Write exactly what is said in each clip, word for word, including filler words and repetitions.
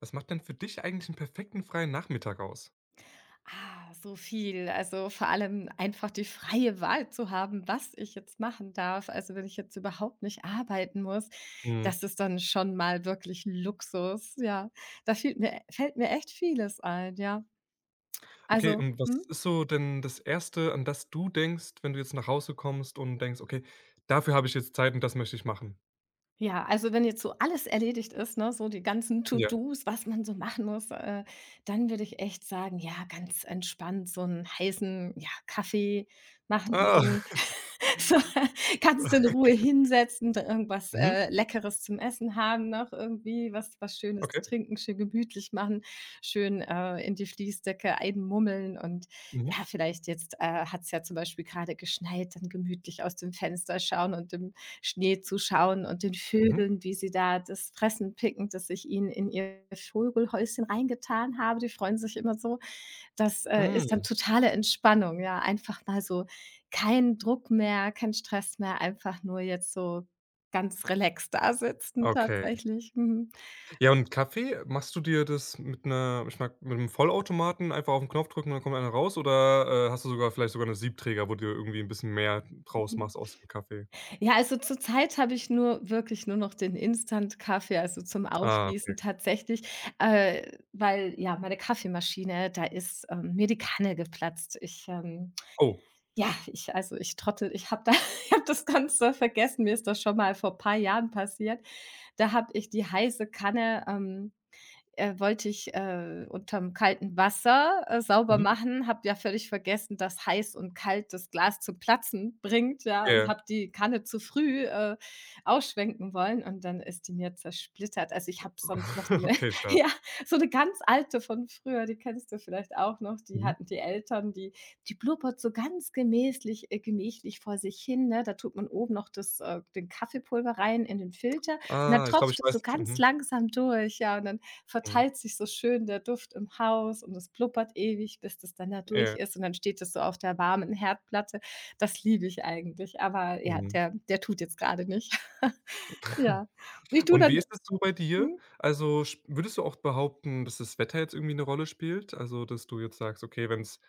Was macht denn für dich eigentlich einen perfekten freien Nachmittag aus? Ah, so viel. Also, vor allem einfach die freie Wahl zu haben, was ich jetzt machen darf. Also, wenn ich jetzt überhaupt nicht arbeiten muss, Mhm. das ist dann schon mal wirklich Luxus, ja. Da fehlt mir fällt mir echt vieles ein, ja. Okay, Also und was mhm. ist so denn das Erste, an das du denkst, wenn du jetzt nach Hause kommst und denkst: „Okay, dafür habe ich jetzt Zeit und das möchte ich machen?“ Ja, also wenn jetzt so alles erledigt ist, ne, so die ganzen Ja. To-dos, was man so machen muss, äh, dann würde ich echt sagen, ja, ganz entspannt so einen heißen, ja, Kaffee Ah. machen. So, kannst du in Ruhe hinsetzen, dann irgendwas, Mhm. äh, Leckeres zum Essen haben noch irgendwie, was was Schönes zu Okay. trinken, schön gemütlich machen, schön, äh, in die Fließdecke einmummeln und ja, Mhm. vielleicht jetzt, äh, hat es ja zum Beispiel gerade geschneit, dann gemütlich aus dem Fenster schauen und dem Schnee zuschauen und den Mhm. Vögeln, wie sie da das Fressen picken, das ich ihnen in ihr Vogelhäuschen reingetan habe. Die freuen sich immer so. Das, äh, ist dann Hm. totale Entspannung, ja. Einfach mal so kein Druck mehr, kein Stress mehr, einfach nur jetzt so ganz relaxed dasitzen Okay. tatsächlich. Mhm. Ja, und Kaffee, machst du dir das mit einer, ich meine, mit einem Vollautomaten einfach auf den Knopf drücken und dann kommt einer raus oder, äh, hast du sogar vielleicht sogar einen Siebträger, wo du irgendwie ein bisschen mehr draus Mhm. machst aus dem Kaffee? Ja, also zurzeit habe ich nur wirklich nur noch den Instant-Kaffee, also zum Ah, okay. Aufgießen tatsächlich, äh, weil, ja, meine Kaffeemaschine, da ist, ähm, mir die Kanne geplatzt. Ich, ähm Oh. ja, ich also, ich trottel ich habe da ich habe das ganze vergessen. Mir ist das schon mal vor ein paar Jahren passiert. Da habe ich die heiße Kanne, ähm äh, wollte ich, äh, unterm kalten Wasser, äh, sauber Mhm. machen, habe ja völlig vergessen, dass heiß und kalt das Glas zum Platzen bringt, ja, Ja, und ja. habe die Kanne zu früh, äh, ausschwenken wollen und dann ist die mir zersplittert. Also, ich habe sonst noch so eine, Okay, schade. ja, so eine ganz alte von früher, die kennst du vielleicht auch noch, die Mhm. hatten die Eltern, die die blubbert so ganz gemächlich, äh, gemächlich vor sich hin, ne? Da tut man oben noch das, äh den Kaffeepulver rein in den Filter und dann Ah, ich glaube, ich tropft es weiß so ganz mhm, langsam durch, ja, und dann mhm, verteilt sich so schön der Duft im Haus und es blubbert ewig, bis das dann da durch ja, ist und dann steht es so auf der warmen Herdplatte. Das liebe ich eigentlich, aber ja, mhm. der der tut jetzt grade nicht. Ja. Ich tue Und dann wie ist es so bei dir? mhm. Also, sch würdest du auch behaupten, dass das Wetter jetzt irgendwie eine Rolle spielt? Also, dass du jetzt sagst: „Okay, wenn es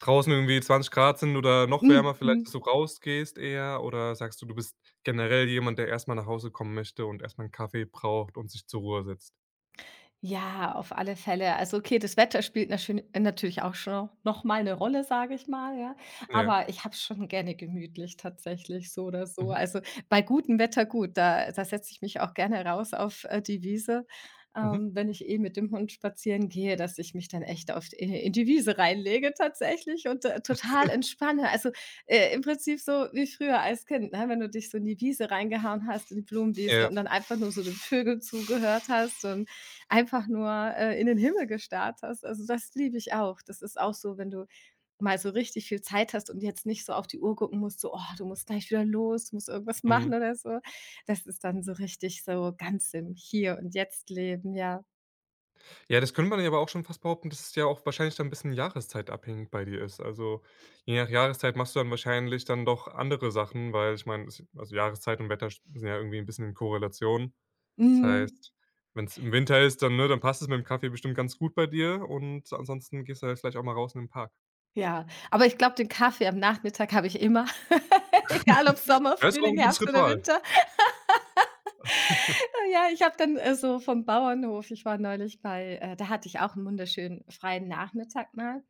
draußen irgendwie zwanzig Grad sind oder noch wärmer Mhm. vielleicht, dass Mhm. du rausgehst eher?“ Oder sagst du, du bist generell jemand, der erst mal nach Hause kommen möchte und erst mal 'n Kaffee braucht und sich zur Ruhe setzt? Ja, auf alle Fälle. Also okay, das Wetter spielt naschön natürlich auch schon noch mal eine Rolle, sage ich mal, ja. Ja. Aber ich habe es schon gerne gemütlich tatsächlich, so oder so. Mhm, Also, bei gutem Wetter gut, da da setze ich mich auch gerne raus auf, äh, die Wiese, mhm. ähm, wenn ich eh mit dem Hund spazieren gehe, dass ich mich dann echt auf in in die Wiese reinlege tatsächlich und, äh, total entspanne. Also, äh, im Prinzip so wie früher als Kind, ne, wenn du dich so in die Wiese reingehauen hast, in die Ja, Blumenwiese und dann einfach nur so den Vögeln zugehört hast und einfach nur, äh, in den Himmel gestarrt hast. Also, das liebe ich auch. Das ist auch so, wenn du mal so richtig viel Zeit hast und jetzt nicht so auf die Uhr gucken musst, so: „Oh, du musst gleich wieder los, du musst irgendwas mhm. machen oder so.“ Das ist dann so richtig so ganz im Hier und Jetzt leben, ja. Ja, das könnte man ja aber auch schon fast behaupten, dass es ja auch wahrscheinlich dann ein bisschen jahreszeitabhängig bei dir ist. Also, je nach Jahreszeit machst du dann wahrscheinlich dann doch andere Sachen, weil ich meine, es also, Jahreszeit und Wetter sind ja irgendwie ein bisschen in Korrelation. Das Mhm. heißt, wenn es im Winter ist, dann ne, dann passt es mit dem Kaffee bestimmt ganz gut bei dir und ansonsten gehst du ja vielleicht auch mal raus in den Park. Ja, aber ich glaube, den Kaffee am Nachmittag habe ich immer, egal ob Sommer, Ja, ist auch Frühling, ein gutes Herbst oder Ritual. Winter. Ja, ich habe dann, äh, so vom Bauernhof ich war neulich bei äh, da hatte ich auch einen wunderschönen freien Nachmittag mal.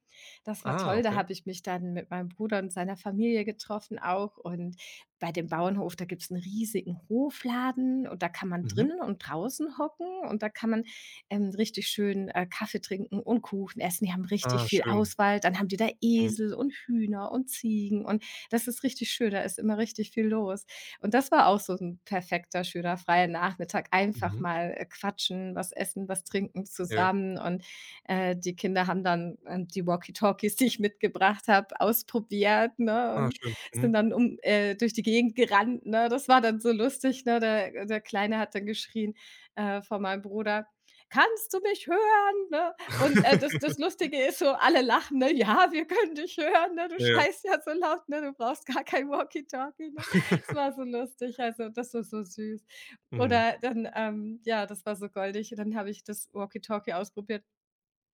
Das war Ah, toll, da okay. habe ich mich dann mit meinem Bruder und seiner Familie getroffen auch und bei dem Bauernhof, da gibt's einen riesigen Hofladen und da kann man Mhm. drinnen und draußen hocken und da kann man, ähm, richtig schön, äh, Kaffee trinken und Kuchen essen. Die haben Ah, richtig viel schön. Auswahl, dann haben die da Mhm, Esel und Hühner und Ziegen und das ist richtig schön, da ist immer richtig viel los. Und das war auch so ein perfekter, schöner freier Nachmittag. Einfach mhm. mal, äh, quatschen, was essen, was trinken Ja. zusammen und, äh, die Kinder haben dann, ähm, die Walkie-Talkies, die ich mitgebracht habe, ausprobiert, ne, Ah, und schön. sind Mhm. dann um äh, durch die Gegend gerannt, ne? Das war dann so lustig, ne? Der der Kleine hat dann geschrien, äh, von meinem Bruder: „Kannst du mich hören?“, ne? Und, äh, das das Lustige ist so, alle lachen, ne: „Ja, wir können dich hören, ne? Du Ja. scheißt ja so laut, ne? Du brauchst gar kein Walkie-Talkie“, ne? Es war so lustig, also das war so süß. Mhm. Oder dann, ähm ja, das war so goldig. Dann habe ich das Walkie-Talkie ausprobiert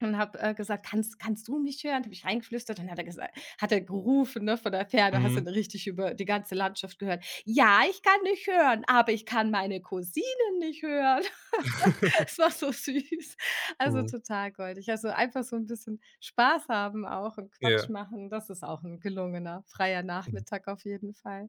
und habe, äh, gesagt: „Kannst kannst du mich hören?“ Habe ich reingeflüstert dann hat er gesagt, hat er gerufen, ne, von der Ferne, hast du Mhm. dann richtig über die ganze Landschaft gehört: „Ja, ich kann dich hören, aber ich kann meine Cousine nicht hören.“ Es war so süß, also Mhm. total goldig. Also einfach so ein bisschen Spaß haben auch und Quatsch Ja. machen, das ist auch ein gelungener freier Mhm. Nachmittag auf jeden Fall.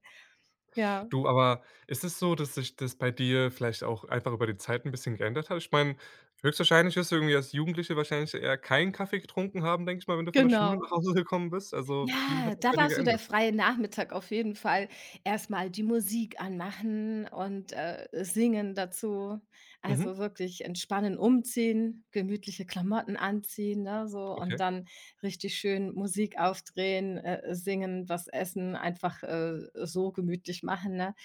Ja. Du, aber ist es so, dass sich das bei dir vielleicht auch einfach über die Zeit ein bisschen geändert hat? Ich meine, höchstwahrscheinlich wirst du irgendwie als Jugendliche wahrscheinlich eher keinen Kaffee getrunken haben, denke ich mal, wenn du von der Schule Genau. nach Hause gekommen bist. Also, wie hat Ja, sich da bei dir war so der geändert? freie Nachmittag auf jeden Fall. Erst mal die Musik anmachen und, äh, singen dazu. Mhm. Also, wirklich entspannen, umziehen, gemütliche Klamotten anziehen, ne, so und Okay. dann richtig schön Musik aufdrehen, äh, singen, was essen, einfach, äh, so gemütlich machen, ne?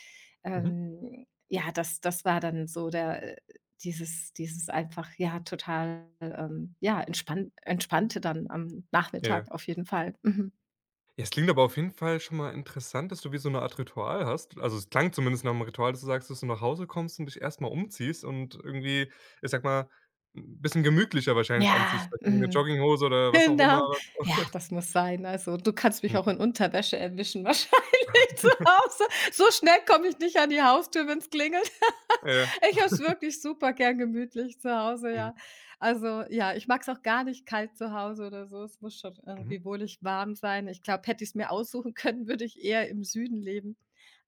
Mhm. Ähm, ja, das das war dann so der äh, dieses dieses einfach, ja, total, ähm, ja, entspann Entspannte dann am Nachmittag Ja. auf jeden Fall. Mhm. Ja, es klingt aber auf jeden Fall schon mal interessant, dass du wie so eine Art Ritual hast. Also, es klang zumindest nach einem Ritual, dass du sagst, dass du nach Hause kommst und dich erstmal umziehst und irgendwie, ich sag mal, 'n bisschen gemütlicher wahrscheinlich anziehst, Ja, vielleicht irgendwie 'ne mhm. Jogginghose oder was auch immer. Genau. Ja, das muss sein. Also, du kannst mich auch Mhm. in Unterwäsche erwischen wahrscheinlich zu Hause. So schnell komme ich nicht an die Haustür, wenn's klingelt. Ja. Ich habe es wirklich super gern gemütlich zu Hause, Mhm. ja. Also, ja, ich mag es auch gar nicht kalt zu Hause oder so. Es muss schon Mhm. irgendwie wohlig warm sein. Ich glaube, hätte ich es mir aussuchen können, würde ich eher im Süden leben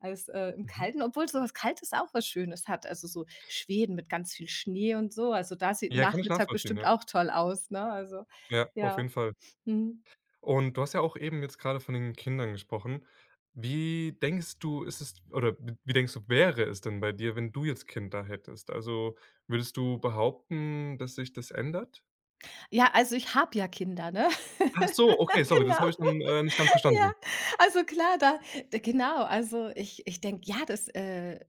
als, äh, im Mhm. Kalten, obwohl sowas Kaltes auch was Schönes hat. Also, so Schweden mit ganz viel Schnee und so. Also, da sieht 'n Ja, kann ich Nachmittag nachvollziehen, bestimmt ja. auch toll aus, ne? Also, Ja, auf jeden ja. Fall. Mhm. Und du hast ja auch eben jetzt gerade von den Kindern gesprochen. Wie denkst du, ist es oder w wie denkst du, wäre es denn bei dir, wenn du jetzt Kinder hättest? Also, würdest du behaupten, dass sich das ändert? Ja, also ich habe ja Kinder, ne? Ach so, okay, sorry, das Genau. habe ich dann, äh, nicht ganz Ja, verstanden. also klar, da d genau, also ich ich denke, ja, das, äh,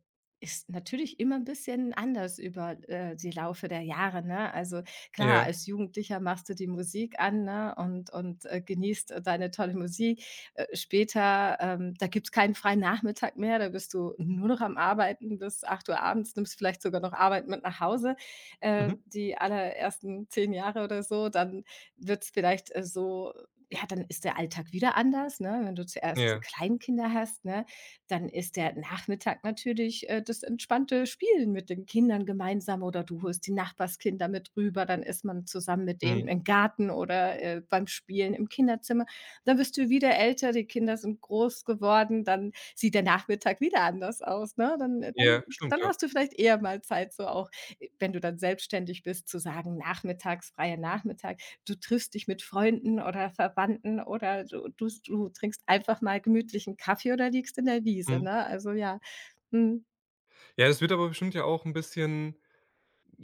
ist natürlich immer ein bisschen anders über, äh, die Laufe der Jahre, ne? Also klar, Ja. als Jugendlicher machst du die Musik an, ne, und und, äh, genießt, äh, deine tolle Musik. Äh, später, ähm, da gibt's keinen freien Nachmittag mehr, da bist du nur noch am Arbeiten bis acht Uhr abends, nimmst vielleicht sogar noch Arbeit mit nach Hause, äh, Mhm. die allerersten zehn Jahre oder so. Dann wird's vielleicht, äh, so ja, dann ist der Alltag wieder anders, ne? Wenn du zuerst Ja. Kleinkinder hast, ne, dann ist der Nachmittag natürlich, äh, das entspannte Spielen mit den Kindern gemeinsam oder du holst die Nachbarskinder mit rüber, dann ist man zusammen mit denen Mhm. im Garten oder, äh, beim Spielen im Kinderzimmer. Dann wirst du wieder älter, die Kinder sind groß geworden, dann sieht der Nachmittag wieder anders aus, ne? Dann äh, dann Ja, stimmt, dann ja. hast du vielleicht eher mal Zeit, so auch, äh, wenn du dann selbstständig bist, zu sagen: „Nachmittags, freier Nachmittag.“ du triffst dich mit Freunden oder Verwandten oder du du du trinkst einfach mal gemütlichen Kaffee oder liegst in der Wiese, Mhm. ne? Also ja. Mhm. Ja, das wird aber bestimmt ja auch ein bisschen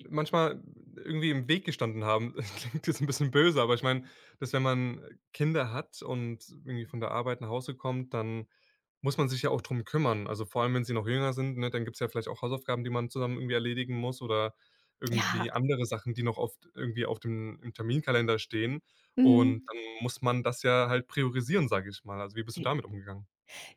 manchmal irgendwie im Weg gestanden haben. Das Klingt jetzt ein bisschen böse, aber ich meine, dass wenn man Kinder hat und irgendwie von der Arbeit nach Hause kommt, dann muss man sich ja auch drum kümmern. Also, vor allem, wenn sie noch jünger sind, ne, dann gibt's ja vielleicht auch Hausaufgaben, die man zusammen irgendwie erledigen muss oder irgendwie Ja. andere Sachen, die noch oft irgendwie auf dem im Terminkalender stehen. Und Mhm. dann muss man das ja halt priorisieren, sage ich mal. Also, wie bist du damit umgegangen?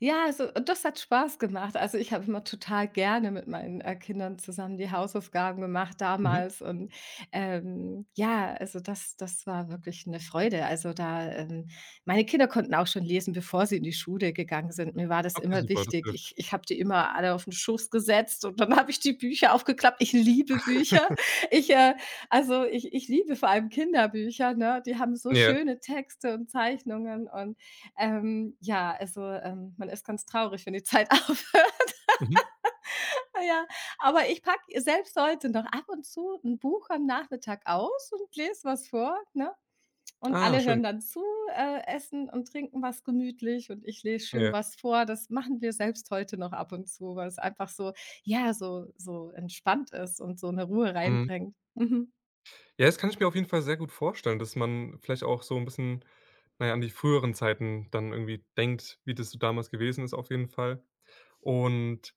Ja, also das hat Spaß gemacht. Also, ich habe immer total gerne mit meinen, äh, Kindern zusammen die Hausaufgaben gemacht Mhm. damals und, ähm, ja, also das das war wirklich eine Freude. Also da, ähm meine Kinder konnten auch schon lesen, bevor sie in die Schule gegangen sind. Mir war das Okay, immer super, das wichtig. hilft. Ich ich habe die immer alle auf den Schoß gesetzt und dann habe ich die Bücher aufgeklappt. Ich liebe Bücher. Ich, äh also ich ich liebe vor allem Kinderbücher, ne? Die haben so Ja. schöne Texte und Zeichnungen und ähm, ja, also, ähm, man ist ganz traurig, wenn die Zeit aufhört. Mhm. Ja, aber ich packe selbst heute noch ab und zu ein Buch am Nachmittag aus und lese was vor, ne? Und Ah, alle schön. hören dann zu, äh, essen und trinken was gemütlich und ich lese schön Ja. was vor. Das machen wir selbst heute noch ab und zu, weil es einfach so ja, so so entspannt ist und so eine Ruhe Mhm. reinbringt. Mhm. Ja, das kann ich mir auf jeden Fall sehr gut vorstellen, dass man vielleicht auch so ein bisschen, naja, an die früheren Zeiten dann irgendwie denkt, wie das so damals gewesen ist auf jeden Fall. Und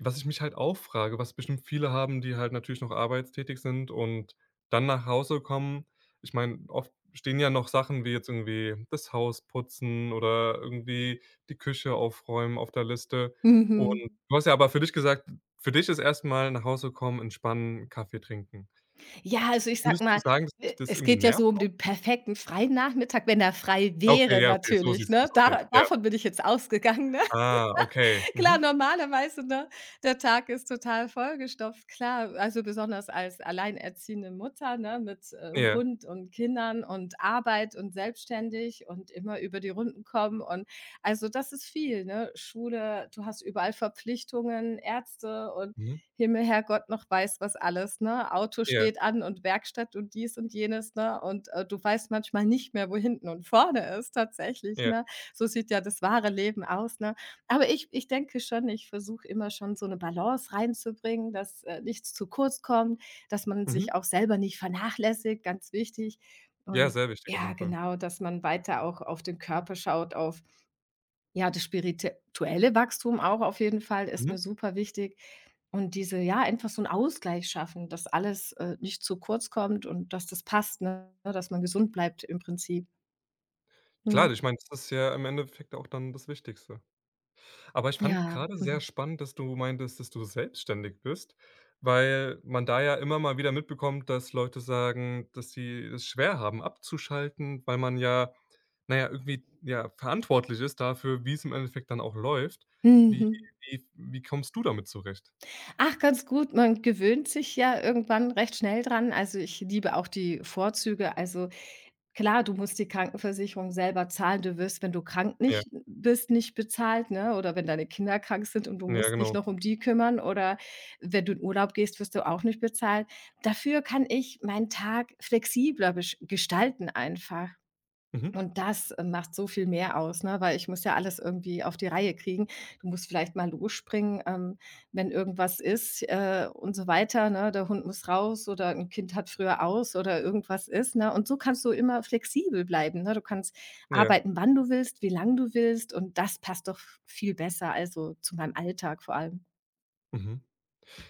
was ich mich halt auch frage, was bestimmt viele haben, die halt natürlich noch arbeitstätig sind und dann nach Hause kommen. Ich meine, oft stehen ja noch Sachen wie jetzt irgendwie das Haus putzen oder irgendwie die Küche aufräumen auf der Liste. Und Mhm. du hast ja aber für dich gesagt, für dich ist erstmal nach Hause kommen, entspannen, Kaffee trinken. Ja, also ich sag Würdest du mal, sagen, dass e dich das es irgendwie geht ja so nervt um auch? den perfekten freien Nachmittag, wenn er frei Ah, okay, wäre ja, okay, so natürlich, siehst du das, ne? okay, Da ja. davon bin ich jetzt ausgegangen, ne? Ah, okay, Klar, mhm, normalerweise, ne, der Tag ist total vollgestopft, klar. Also, besonders als alleinerziehende Mutter, ne, mit, äh, ja, Hund und Kindern und Arbeit und selbstständig und immer über die Runden kommen und also, das ist viel, ne? Schule, du hast überall Verpflichtungen, Ärzte und mhm, Himmel, Herrgott, noch weiß was alles, ne? Auto ja, steht an und Werkstatt und dies und jenes, ne? Und, äh, du weißt manchmal nicht mehr, wo hinten und vorne ist tatsächlich, ja, ne? So sieht ja das wahre Leben aus, ne? Aber ich ich denke schon, ich versuche immer schon so eine Balance reinzubringen, dass, äh, nichts zu kurz kommt, dass man mhm. sich auch selber nicht vernachlässigt, ganz wichtig. Ja, Und sehr wichtig auf ja, jeden Fall. genau, dass man weiter auch auf den Körper schaut, auf ja, das spirituelle Wachstum auch auf jeden Fall ist Mhm. mir super wichtig. Und diese ja, einfach so 'n Ausgleich schaffen, dass alles, äh, nicht zu kurz kommt und dass das passt, ne, dass man gesund bleibt im Prinzip. Mhm. Klar, ich meine, das ist ja im Endeffekt auch dann das Wichtigste. Aber ich fand Ja. gerade sehr spannend, dass du meintest, dass du selbstständig bist, weil man da ja immer mal wieder mitbekommt, dass Leute sagen, dass sie es schwer haben abzuschalten, weil man ja, naja irgendwie, ja, verantwortlich ist dafür, wie es im Endeffekt dann auch läuft. Wie wie wie kommst du damit zurecht? Ach, ganz gut. Man gewöhnt sich ja irgendwann recht schnell dran. Also, ich liebe auch die Vorzüge. Also, klar, du musst die Krankenversicherung selber zahlen. Du wirst, wenn du krank Ja, nicht bist, nicht bezahlt, ne, oder wenn deine Kinder krank sind und du ja, musst dich genau. noch um die kümmern oder wenn du in Urlaub gehst, wirst du auch nicht bezahlt. Dafür kann ich meinen Tag flexibler besch gestalten einfach. Mhm. Und das, äh, macht so viel mehr aus, ne, weil ich muss ja alles irgendwie auf die Reihe kriegen. Du musst vielleicht mal losspringen, ähm, wenn irgendwas ist, äh, und so weiter, ne? Der Hund muss raus oder ein Kind hat früher aus oder irgendwas ist, ne? Und so kannst du immer flexibel bleiben, ne? Du kannst Ja. arbeiten, wann du willst, wie lang du willst und das passt doch viel besser, also, zu meinem Alltag vor allem. Mhm.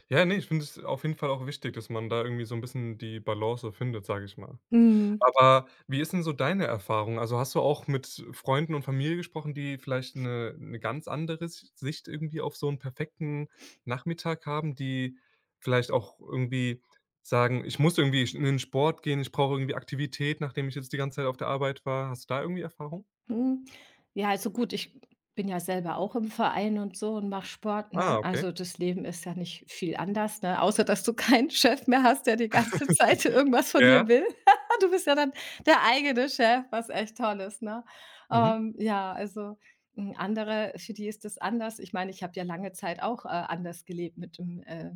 Ja, nee, ich finde es auf jeden Fall auch wichtig, dass man da irgendwie so ein bisschen die Balance findet, sage ich mal. Mhm. Aber wie ist denn so deine Erfahrung? Also, hast du auch mit Freunden und Familie gesprochen, die vielleicht eine eine ganz andere Si Sicht irgendwie auf so einen perfekten Nachmittag haben, die vielleicht auch irgendwie sagen: „Ich muss irgendwie in den Sport gehen, ich brauche irgendwie Aktivität, nachdem ich jetzt die ganze Zeit auf der Arbeit war.“ Hast du da irgendwie Erfahrung? Hm, ja, also gut, ich bin ja selber auch im Verein und so und mache Sport, Ah, ne? okay. Also, das Leben ist ja nicht viel anders, ne? Außer, dass du keinen Chef mehr hast, der die ganze Zeit irgendwas von dir Ja. will. Du bist ja dann der eigene Chef, was echt toll ist, ne? Mhm. Ähm, ja, also, hm, andere für die ist das anders. Ich meine, ich habe ja lange Zeit auch, äh, anders gelebt mit dem, äh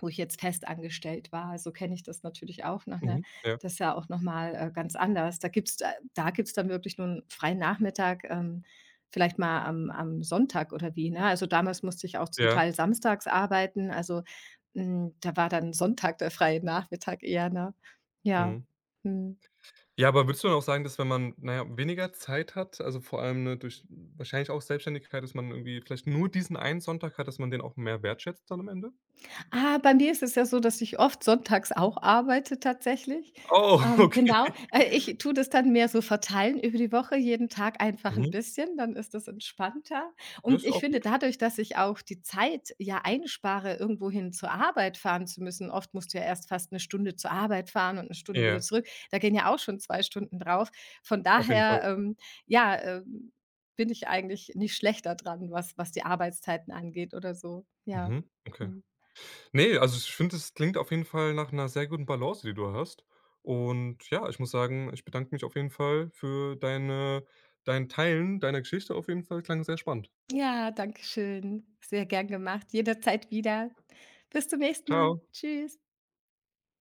wo ich jetzt fest angestellt war. So kenne ich das natürlich auch noch, ne? Mhm. Ja. Das ist ja auch nochmal äh, ganz anders. Da gibt's da da gibt's dann wirklich nur einen freien Nachmittag, ähm, vielleicht mal am am Sonntag oder wie, ne? Also, damals musste ich auch zum Ja. Teil samstags arbeiten. Also, hm, da war dann Sonntag der freie Nachmittag eher, ne? Ja. Mhm. Mhm. Ja, aber würdest du dann auch sagen, dass wenn man, naja, weniger Zeit hat, also vor allem, ne, durch wahrscheinlich auch Selbstständigkeit, dass man irgendwie vielleicht nur diesen einen Sonntag hat, dass man den auch mehr wertschätzt dann am Ende? Ah, bei mir ist es ja so, dass ich oft sonntags auch arbeite tatsächlich. Oh, Ähm, genau. okay. Äh, ich tue das dann mehr so verteilen über die Woche, jeden Tag einfach ein Mhm. bisschen, dann ist das entspannter. Das Und ist ich auch finde, gut. dadurch, dass ich auch die Zeit ja einspare, irgendwohin zur Arbeit fahren zu müssen oft musst du ja erst fast eine Stunde zur Arbeit fahren und eine Stunde wieder Ja, zurück. Da gehen ja auch schon zwei Stunden drauf. Von auf jeden Fall. daher, ähm, ja, ähm, bin ich eigentlich nicht schlechter dran, was was die Arbeitszeiten angeht oder so. Ja. Mhm, okay. Mhm. Ne, also ich finde, es klingt auf jeden Fall nach einer sehr guten Balance, die du hast. Und ja, ich muss sagen, ich bedanke mich auf jeden Fall für deine dein Teilen deiner Geschichte auf jeden Fall. Klang sehr spannend. Ja, danke schön. Sehr gern gemacht. Jederzeit wieder. Bis zum nächsten Mal. Ciao. Tschüss.